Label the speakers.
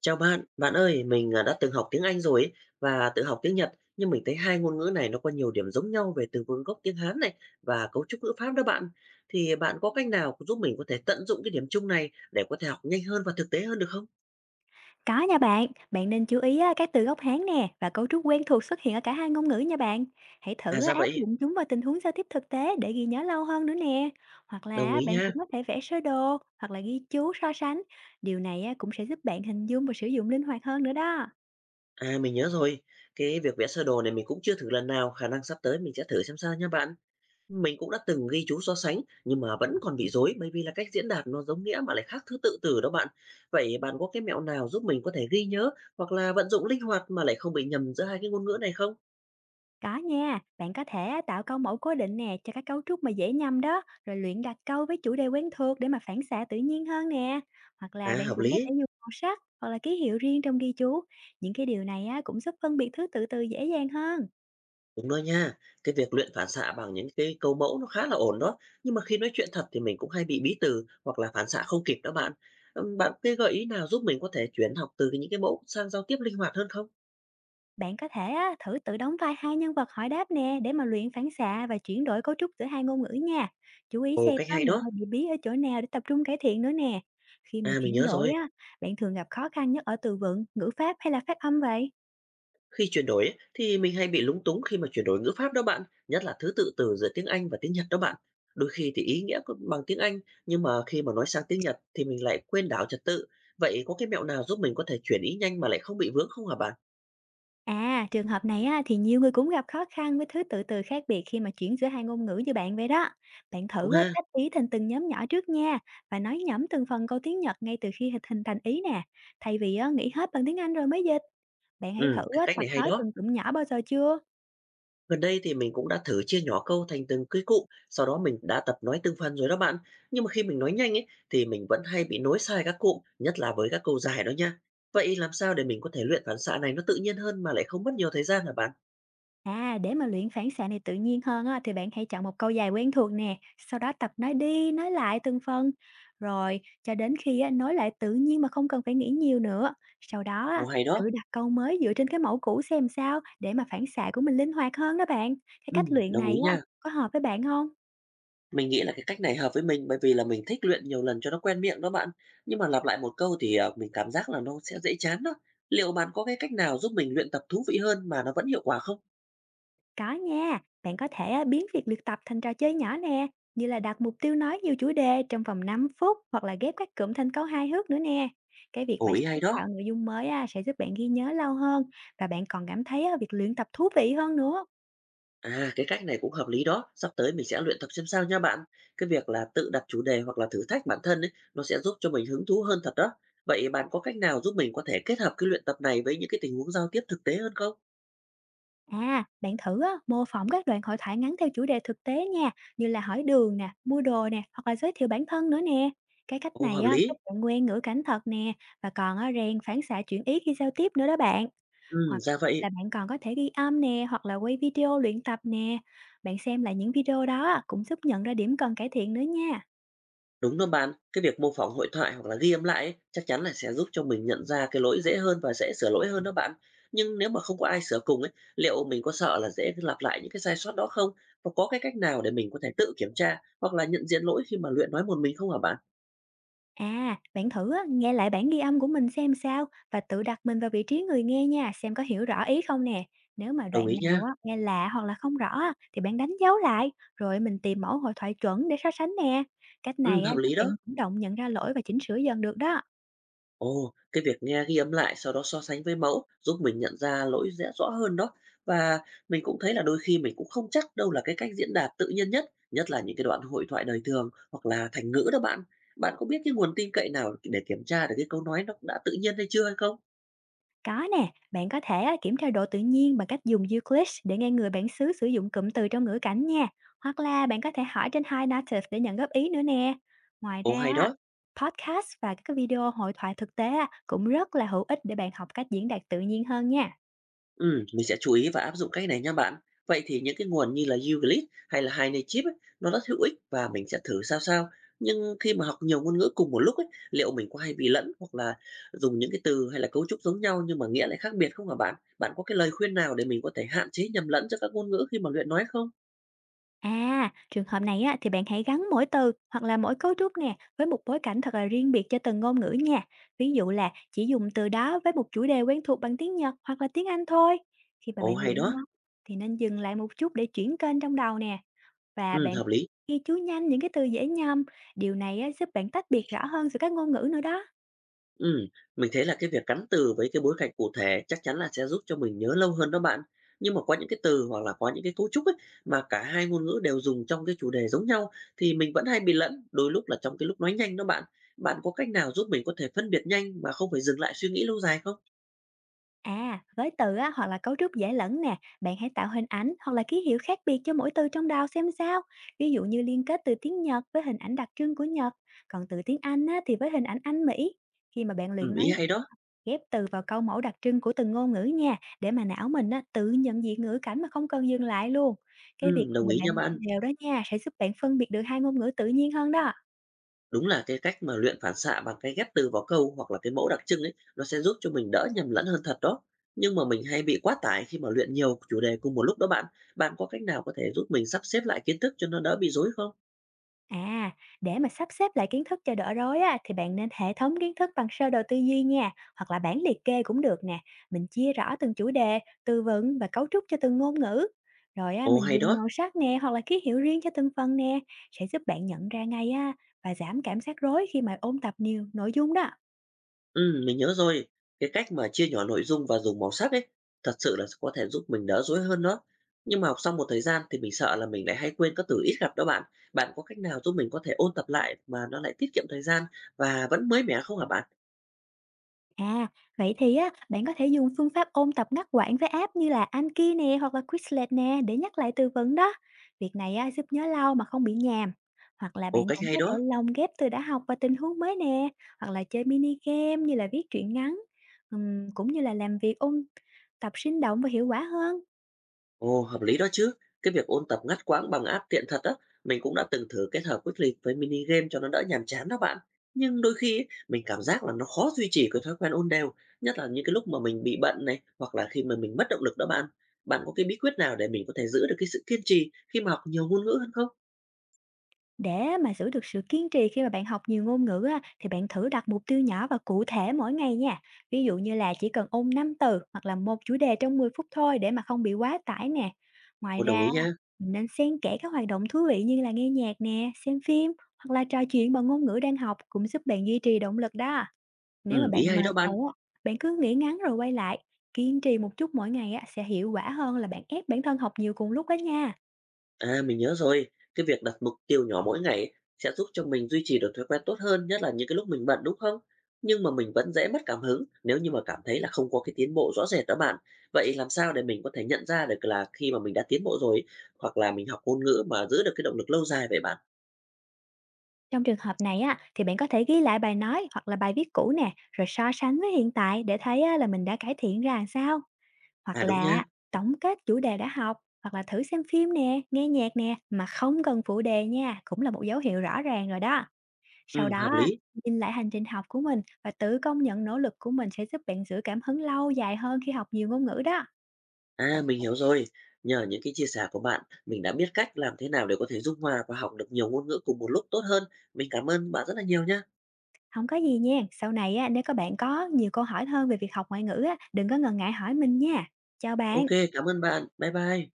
Speaker 1: Chào bạn, bạn ơi, đã từng học tiếng Anh rồi ấy, và tự học tiếng Nhật, nhưng mình thấy hai ngôn ngữ này nó có nhiều điểm giống nhau về từ vựng gốc tiếng Hán này và cấu trúc ngữ pháp đó bạn. Thì bạn có cách nào giúp mình có thể tận dụng cái điểm chung này để có thể học nhanh hơn và thực tế hơn được không?
Speaker 2: Có nha bạn, bạn nên chú ý á, các từ gốc Hán nè và cấu trúc quen thuộc xuất hiện ở cả hai ngôn ngữ nha bạn. Hãy
Speaker 1: À
Speaker 2: thử á,
Speaker 1: ra
Speaker 2: áp
Speaker 1: vậy,
Speaker 2: dụng chúng vào tình huống giao tiếp thực tế để ghi nhớ lâu hơn nữa nè. Hoặc là
Speaker 1: đồng
Speaker 2: á,
Speaker 1: ý
Speaker 2: bạn
Speaker 1: nha.
Speaker 2: cũng có thể vẽ sơ đồ hoặc là ghi chú so sánh. Điều này á, cũng sẽ giúp bạn hình dung và sử dụng linh hoạt hơn nữa đó.
Speaker 1: À mình nhớ rồi, cái việc vẽ sơ đồ này mình cũng chưa thử lần nào, khả năng sắp tới mình sẽ thử xem sao nha bạn. Mình cũng đã từng ghi chú so sánh nhưng mà vẫn còn bị rối bởi vì là cách diễn đạt nó giống nghĩa mà lại khác thứ tự từ đó bạn. Vậy bạn có cái mẹo nào giúp mình có thể ghi nhớ hoặc là vận dụng linh hoạt mà lại không bị nhầm giữa hai cái ngôn ngữ này không?
Speaker 2: Có nha, bạn có thể á, tạo câu mẫu cố định nè cho các cấu trúc mà dễ nhầm đó, rồi luyện đặt câu với chủ đề quen thuộc để mà phản xạ tự nhiên hơn nè. Hoặc là
Speaker 1: À
Speaker 2: bạn
Speaker 1: hợp
Speaker 2: cũng có thể
Speaker 1: lý,
Speaker 2: dùng màu sắc hoặc là ký hiệu riêng trong ghi chú. Những cái điều này á, cũng giúp phân biệt thứ tự từ dễ dàng hơn.
Speaker 1: đúng đó nha. Cái việc luyện phản xạ bằng những cái câu mẫu nó khá là ổn đó. Nhưng mà khi nói chuyện thật thì mình cũng hay bị bí từ hoặc là phản xạ không kịp đó bạn. Bạn cái gợi ý nào giúp mình có thể chuyển học từ những cái mẫu sang giao tiếp linh hoạt hơn không?
Speaker 2: Bạn có thể á, thử tự đóng vai hai nhân vật hỏi đáp nè để mà luyện phản xạ và chuyển đổi cấu trúc giữa hai ngôn ngữ nha. Chú ý
Speaker 1: Ồ,
Speaker 2: xem
Speaker 1: cách
Speaker 2: á,
Speaker 1: hay
Speaker 2: mình
Speaker 1: đó.
Speaker 2: hay bị bí ở chỗ nào để tập trung cải thiện nữa nè. Khi mà
Speaker 1: À mình
Speaker 2: chuyển
Speaker 1: nhớ
Speaker 2: đổi
Speaker 1: rồi.
Speaker 2: á, bạn thường gặp khó khăn nhất ở từ vựng, ngữ pháp hay là phát âm vậy?
Speaker 1: Khi chuyển đổi ấy, thì mình hay bị lúng túng khi mà chuyển đổi ngữ pháp đó bạn, nhất là thứ tự từ giữa tiếng Anh và tiếng Nhật đó bạn. Đôi khi thì ý nghĩa bằng tiếng Anh nhưng mà khi mà nói sang tiếng Nhật thì mình lại quên đảo trật tự. Vậy có cái mẹo nào giúp mình có thể chuyển ý nhanh mà lại không bị vướng không hả bạn?
Speaker 2: À, trường hợp này á, thì nhiều người cũng gặp khó khăn với thứ tự từ khác biệt khi mà chuyển giữa hai ngôn ngữ như bạn vậy đó. Bạn
Speaker 1: Đúng
Speaker 2: thử á,
Speaker 1: ha?
Speaker 2: tách ý thành từng nhóm nhỏ trước nha và nói nhẩm từng phần câu tiếng Nhật ngay từ khi hình hình thành ý nè. Thay vì á, nghĩ hết bằng tiếng Anh rồi mới dịch, bạn hãy thử
Speaker 1: Ừ, cái
Speaker 2: á,
Speaker 1: cách
Speaker 2: tập
Speaker 1: này hay
Speaker 2: nói
Speaker 1: đó.
Speaker 2: từng cụm nhỏ bao giờ chưa?
Speaker 1: Gần đây thì mình cũng đã thử chia nhỏ câu thành từng cái cụm, sau đó mình đã tập nói từng phần rồi đó bạn. Nhưng mà khi mình nói nhanh ấy thì mình vẫn hay bị nối sai các cụm, nhất là với các câu dài đó nha. Vậy làm sao để mình có thể luyện phản xạ này nó tự nhiên hơn mà lại không mất nhiều thời gian hả bạn?
Speaker 2: À, để mà luyện phản xạ này tự nhiên hơn á, thì bạn hãy chọn một câu dài quen thuộc nè, sau đó tập nói đi, nói lại từng phần, rồi cho đến khi á, nói lại tự nhiên mà không cần phải nghĩ nhiều nữa. Sau đó
Speaker 1: Ồ,
Speaker 2: á,
Speaker 1: hay đó.
Speaker 2: tự đặt câu mới dựa trên cái mẫu cũ xem sao để mà phản xạ của mình linh hoạt hơn đó bạn. Cái cách luyện
Speaker 1: Đồng
Speaker 2: này
Speaker 1: ý
Speaker 2: á,
Speaker 1: nha.
Speaker 2: có hợp với bạn không?
Speaker 1: Mình nghĩ là cái cách này hợp với mình bởi vì là mình thích luyện nhiều lần cho nó quen miệng đó bạn. Nhưng mà lặp lại một câu thì, mình cảm giác là nó sẽ dễ chán đó. Liệu bạn có cái cách nào giúp mình luyện tập thú vị hơn mà nó vẫn hiệu quả không?
Speaker 2: Có nha, bạn có thể à, biến việc luyện tập thành trò chơi nhỏ nè, như là đặt mục tiêu nói nhiều chủ đề trong vòng 5 phút hoặc là ghép các cụm thành câu hài hước nữa nè. Cái việc mà
Speaker 1: Ồ, ý
Speaker 2: sáng
Speaker 1: hay đó.
Speaker 2: tạo nội dung mới à, sẽ giúp bạn ghi nhớ lâu hơn và bạn còn cảm thấy à, việc luyện tập thú vị hơn nữa.
Speaker 1: À, cái cách này cũng hợp lý đó. Sắp tới mình sẽ luyện tập xem sao nha bạn. Cái việc là tự đặt chủ đề hoặc là thử thách bản thân ấy, nó sẽ giúp cho mình hứng thú hơn thật đó. Vậy bạn có cách nào giúp mình có thể kết hợp cái luyện tập này với những cái tình huống giao tiếp thực tế hơn không?
Speaker 2: À, bạn thử à, mô phỏng các đoạn hội thoại ngắn theo chủ đề thực tế nha, như là hỏi đường nè, mua đồ nè, hoặc là giới thiệu bản thân nữa nè. Cái cách
Speaker 1: Ồ,
Speaker 2: này
Speaker 1: hợp
Speaker 2: á, giúp
Speaker 1: lý.
Speaker 2: bạn quen ngữ cảnh thật nè và còn à, rèn phản xạ chuyển ý khi giao tiếp nữa đó bạn.
Speaker 1: Ừ,
Speaker 2: Hoặc
Speaker 1: ra vậy.
Speaker 2: là bạn còn có thể ghi âm nè, hoặc là quay video luyện tập nè. Bạn xem lại những video đó á, cũng giúp nhận ra điểm cần cải thiện nữa nha.
Speaker 1: Đúng đó bạn, cái việc mô phỏng hội thoại hoặc là ghi âm lại ấy, chắc chắn là sẽ giúp cho mình nhận ra cái lỗi dễ hơn và dễ sửa lỗi hơn đó bạn. Nhưng nếu mà không có ai sửa cùng ấy, liệu mình có sợ là dễ lặp lại những cái sai sót đó không? Và có cái cách nào để mình có thể tự kiểm tra hoặc là nhận diện lỗi khi mà luyện nói một mình không hả bạn?
Speaker 2: À, bạn thử á, nghe lại bản ghi âm của mình xem sao và tự đặt mình vào vị trí người nghe nha, xem có hiểu rõ ý không nè. Nếu mà
Speaker 1: Đồng
Speaker 2: đoạn
Speaker 1: ý
Speaker 2: nào
Speaker 1: nha.
Speaker 2: á, nghe lạ hoặc là không rõ á, thì bạn đánh dấu lại, rồi mình tìm mẫu hội thoại chuẩn để so sánh nè. Cách
Speaker 1: Ừ,
Speaker 2: này á,
Speaker 1: hợp
Speaker 2: các
Speaker 1: lý đó.
Speaker 2: bạn chủ động nhận ra lỗi và chỉnh sửa dần được đó.
Speaker 1: Ồ, cái việc nghe ghi âm lại sau đó so sánh với mẫu giúp mình nhận ra lỗi dễ rõ hơn đó. Và mình cũng thấy là đôi khi mình cũng không chắc đâu là cái cách diễn đạt tự nhiên nhất, nhất là những cái đoạn hội thoại đời thường hoặc là thành ngữ đó bạn. Bạn có biết cái nguồn tin cậy nào để kiểm tra được cái câu nói nó đã tự nhiên hay chưa hay không?
Speaker 2: Có nè, bạn có thể á, kiểm tra độ tự nhiên bằng cách dùng Euclid để nghe người bản xứ sử dụng cụm từ trong ngữ cảnh nha. Hoặc là bạn có thể hỏi trên Hi Native để nhận góp ý nữa nè. Ngoài
Speaker 1: Ồ
Speaker 2: ra,
Speaker 1: hay
Speaker 2: á,
Speaker 1: đó.
Speaker 2: podcast và các cái video hội thoại thực tế á, cũng rất là hữu ích để bạn học cách diễn đạt tự nhiên hơn nha.
Speaker 1: Mình sẽ chú ý và áp dụng cách này nha bạn. Vậy thì những cái nguồn như là YouGlead hay là HiNative ấy, nó rất hữu ích và mình sẽ thử sao sao. Nhưng khi mà học nhiều ngôn ngữ cùng một lúc ấy, liệu mình có hay bị lẫn hoặc là dùng những cái từ hay là cấu trúc giống nhau nhưng mà nghĩa lại khác biệt không hả bạn? Bạn có cái lời khuyên nào để mình có thể hạn chế nhầm lẫn giữa các ngôn ngữ khi mà luyện nói không?
Speaker 2: À, trường hợp này á, thì bạn hãy gắn mỗi từ hoặc là mỗi cấu trúc nè với một bối cảnh thật là riêng biệt cho từng ngôn ngữ nha. Ví dụ là chỉ dùng từ đó với một chủ đề quen thuộc bằng tiếng Nhật hoặc là tiếng Anh thôi. Khi mà
Speaker 1: Ồ
Speaker 2: bạn
Speaker 1: hay
Speaker 2: luyện
Speaker 1: đó.
Speaker 2: nó thì nên dừng lại một chút để chuyển kênh trong đầu nè và
Speaker 1: Ừ,
Speaker 2: bạn
Speaker 1: hợp lý.
Speaker 2: ghi chú nhanh những cái từ dễ nhầm. Điều này á, giúp bạn tách biệt rõ hơn giữa các ngôn ngữ nữa đó.
Speaker 1: Ừ, mình thấy là cái việc gắn từ với cái bối cảnh cụ thể chắc chắn là sẽ giúp cho mình nhớ lâu hơn đó bạn. Nhưng mà có những cái từ hoặc là có những cái cấu trúc ấy mà cả hai ngôn ngữ đều dùng trong cái chủ đề giống nhau thì mình vẫn hay bị lẫn, đôi lúc là trong cái lúc nói nhanh đó bạn. Bạn có cách nào giúp mình có thể phân biệt nhanh mà không phải dừng lại suy nghĩ lâu dài không?
Speaker 2: À, với từ á, hoặc là cấu trúc dễ lẫn nè, bạn hãy tạo hình ảnh hoặc là ký hiệu khác biệt cho mỗi từ trong đầu xem sao. Ví dụ như liên kết từ tiếng Nhật với hình ảnh đặc trưng của Nhật, còn từ tiếng Anh á, thì với hình ảnh Anh Mỹ. Khi mà bạn luyện nói
Speaker 1: Ý hay đó.
Speaker 2: ghép từ vào câu mẫu đặc trưng của từng ngôn ngữ nha, để mà não mình á, tự nhận diện ngữ cảnh mà không cần dừng lại luôn. Cái việc này
Speaker 1: Đồng
Speaker 2: mà
Speaker 1: ý nha
Speaker 2: bạn
Speaker 1: bạn.
Speaker 2: luyện đều đó nha, sẽ giúp bạn phân biệt được hai ngôn ngữ tự nhiên hơn đó.
Speaker 1: Đúng là cái cách mà luyện phản xạ bằng cái ghép từ vào câu hoặc là cái mẫu đặc trưng ấy, nó sẽ giúp cho mình đỡ nhầm lẫn hơn thật đó. Nhưng mà mình hay bị quá tải khi mà luyện nhiều chủ đề cùng một lúc đó bạn. Bạn có cách nào có thể giúp mình sắp xếp lại kiến thức cho nó đỡ bị rối không?
Speaker 2: À, để mà sắp xếp lại kiến thức cho đỡ rối á, thì bạn nên hệ thống kiến thức bằng sơ đồ tư duy nha, hoặc là bảng liệt kê cũng được nè. Mình chia rõ từng chủ đề, từ vựng và cấu trúc cho từng ngôn ngữ. Rồi á,
Speaker 1: Ồ
Speaker 2: mình
Speaker 1: hay
Speaker 2: dùng
Speaker 1: đó.
Speaker 2: màu sắc nè hoặc là ký hiệu riêng cho từng phần nè, sẽ giúp bạn nhận ra ngay á và giảm cảm giác rối khi mà ôn tập nhiều nội dung đó.
Speaker 1: Ừ, mình nhớ rồi. Cái cách mà chia nhỏ nội dung và dùng màu sắc ấy, thật sự là có thể giúp mình đỡ rối hơn đó. Nhưng mà học xong một thời gian thì mình sợ là mình lại hay quên các từ ít gặp đó bạn. Bạn có cách nào giúp mình có thể ôn tập lại mà nó lại tiết kiệm thời gian và vẫn mới mẻ không hả bạn?
Speaker 2: À, vậy thì á, bạn có thể dùng phương pháp ôn tập ngắt quãng với app như là Anki nè hoặc là Quizlet nè để nhắc lại từ vựng đó. Việc này á, giúp nhớ lâu mà không bị nhàm. Hoặc là
Speaker 1: Ồ,
Speaker 2: bạn
Speaker 1: cách
Speaker 2: cũng
Speaker 1: hay
Speaker 2: có thể
Speaker 1: đó.
Speaker 2: lồng ghép từ đã học vào tình huống mới nè, hoặc là chơi mini game như là viết truyện ngắn, cũng như là làm việc ôn tập sinh động và hiệu quả hơn.
Speaker 1: Ồ, hợp lý đó chứ. Cái việc ôn tập ngắt quãng bằng app tiện thật á, mình cũng đã từng thử kết hợp Quick Leap với mini game cho nó đỡ nhàm chán đó bạn. Nhưng đôi khi ấy, mình cảm giác là nó khó duy trì cái thói quen ôn đều, nhất là những cái lúc mà mình bị bận này hoặc là khi mà mình mất động lực đó bạn. Bạn có cái bí quyết nào để mình có thể giữ được cái sự kiên trì khi mà học nhiều ngôn ngữ hơn không?
Speaker 2: Để mà giữ được sự kiên trì khi mà bạn học nhiều ngôn ngữ á, thì bạn thử đặt mục tiêu nhỏ và cụ thể mỗi ngày nha. Ví dụ như là chỉ cần ôn 5 từ hoặc là một chủ đề trong 10 phút thôi để mà không bị quá tải nè. Ngoài
Speaker 1: Ồ, đồng
Speaker 2: ra,
Speaker 1: ý
Speaker 2: á,
Speaker 1: nha.
Speaker 2: mình nên xen kẽ các hoạt động thú vị như là nghe nhạc nè, xem phim hoặc là trò chuyện bằng ngôn ngữ đang học cũng giúp bạn duy trì động lực đó.
Speaker 1: Ừ,
Speaker 2: Nếu mà
Speaker 1: ý
Speaker 2: bạn
Speaker 1: hay
Speaker 2: mệt
Speaker 1: đó bạn.
Speaker 2: rồi á, bạn cứ nghỉ ngắn rồi quay lại. Kiên trì một chút mỗi ngày á, sẽ hiệu quả hơn là bạn ép bản thân học nhiều cùng lúc đó nha.
Speaker 1: À, mình nhớ rồi. Cái việc đặt mục tiêu nhỏ mỗi ngày sẽ giúp cho mình duy trì được thói quen tốt hơn, nhất là những cái lúc mình bận đúng không? Nhưng mà mình vẫn dễ mất cảm hứng nếu như mà cảm thấy là không có cái tiến bộ rõ rệt đó bạn. Vậy làm sao để mình có thể nhận ra được là khi mà mình đã tiến bộ rồi hoặc là mình học ngôn ngữ mà giữ được cái động lực lâu dài vậy bạn?
Speaker 2: Trong trường hợp này á, thì bạn có thể ghi lại bài nói hoặc là bài viết cũ nè, rồi so sánh với hiện tại để thấy á, là mình đã cải thiện ra làm sao. Hoặc
Speaker 1: À đúng
Speaker 2: là
Speaker 1: nha.
Speaker 2: tổng kết chủ đề đã học, hoặc là thử xem phim nè, nghe nhạc nè, mà không cần phụ đề nha, cũng là một dấu hiệu rõ ràng rồi đó. Sau
Speaker 1: Ừ,
Speaker 2: đó,
Speaker 1: hợp
Speaker 2: á,
Speaker 1: lý.
Speaker 2: nhìn lại hành trình học của mình và tự công nhận nỗ lực của mình sẽ giúp bạn giữ cảm hứng lâu dài hơn khi học nhiều ngôn ngữ đó.
Speaker 1: À, mình hiểu rồi. Nhờ những cái chia sẻ của bạn, mình đã biết cách làm thế nào để có thể dung hòa và học được nhiều ngôn ngữ cùng một lúc tốt hơn. Mình cảm ơn bạn rất là nhiều nha.
Speaker 2: Không có gì nha, sau này á, nếu các bạn có nhiều câu hỏi hơn về việc học ngoại ngữ á, đừng có ngần ngại hỏi mình nha. Chào bạn!
Speaker 1: OK, cảm ơn bạn. Bye bye.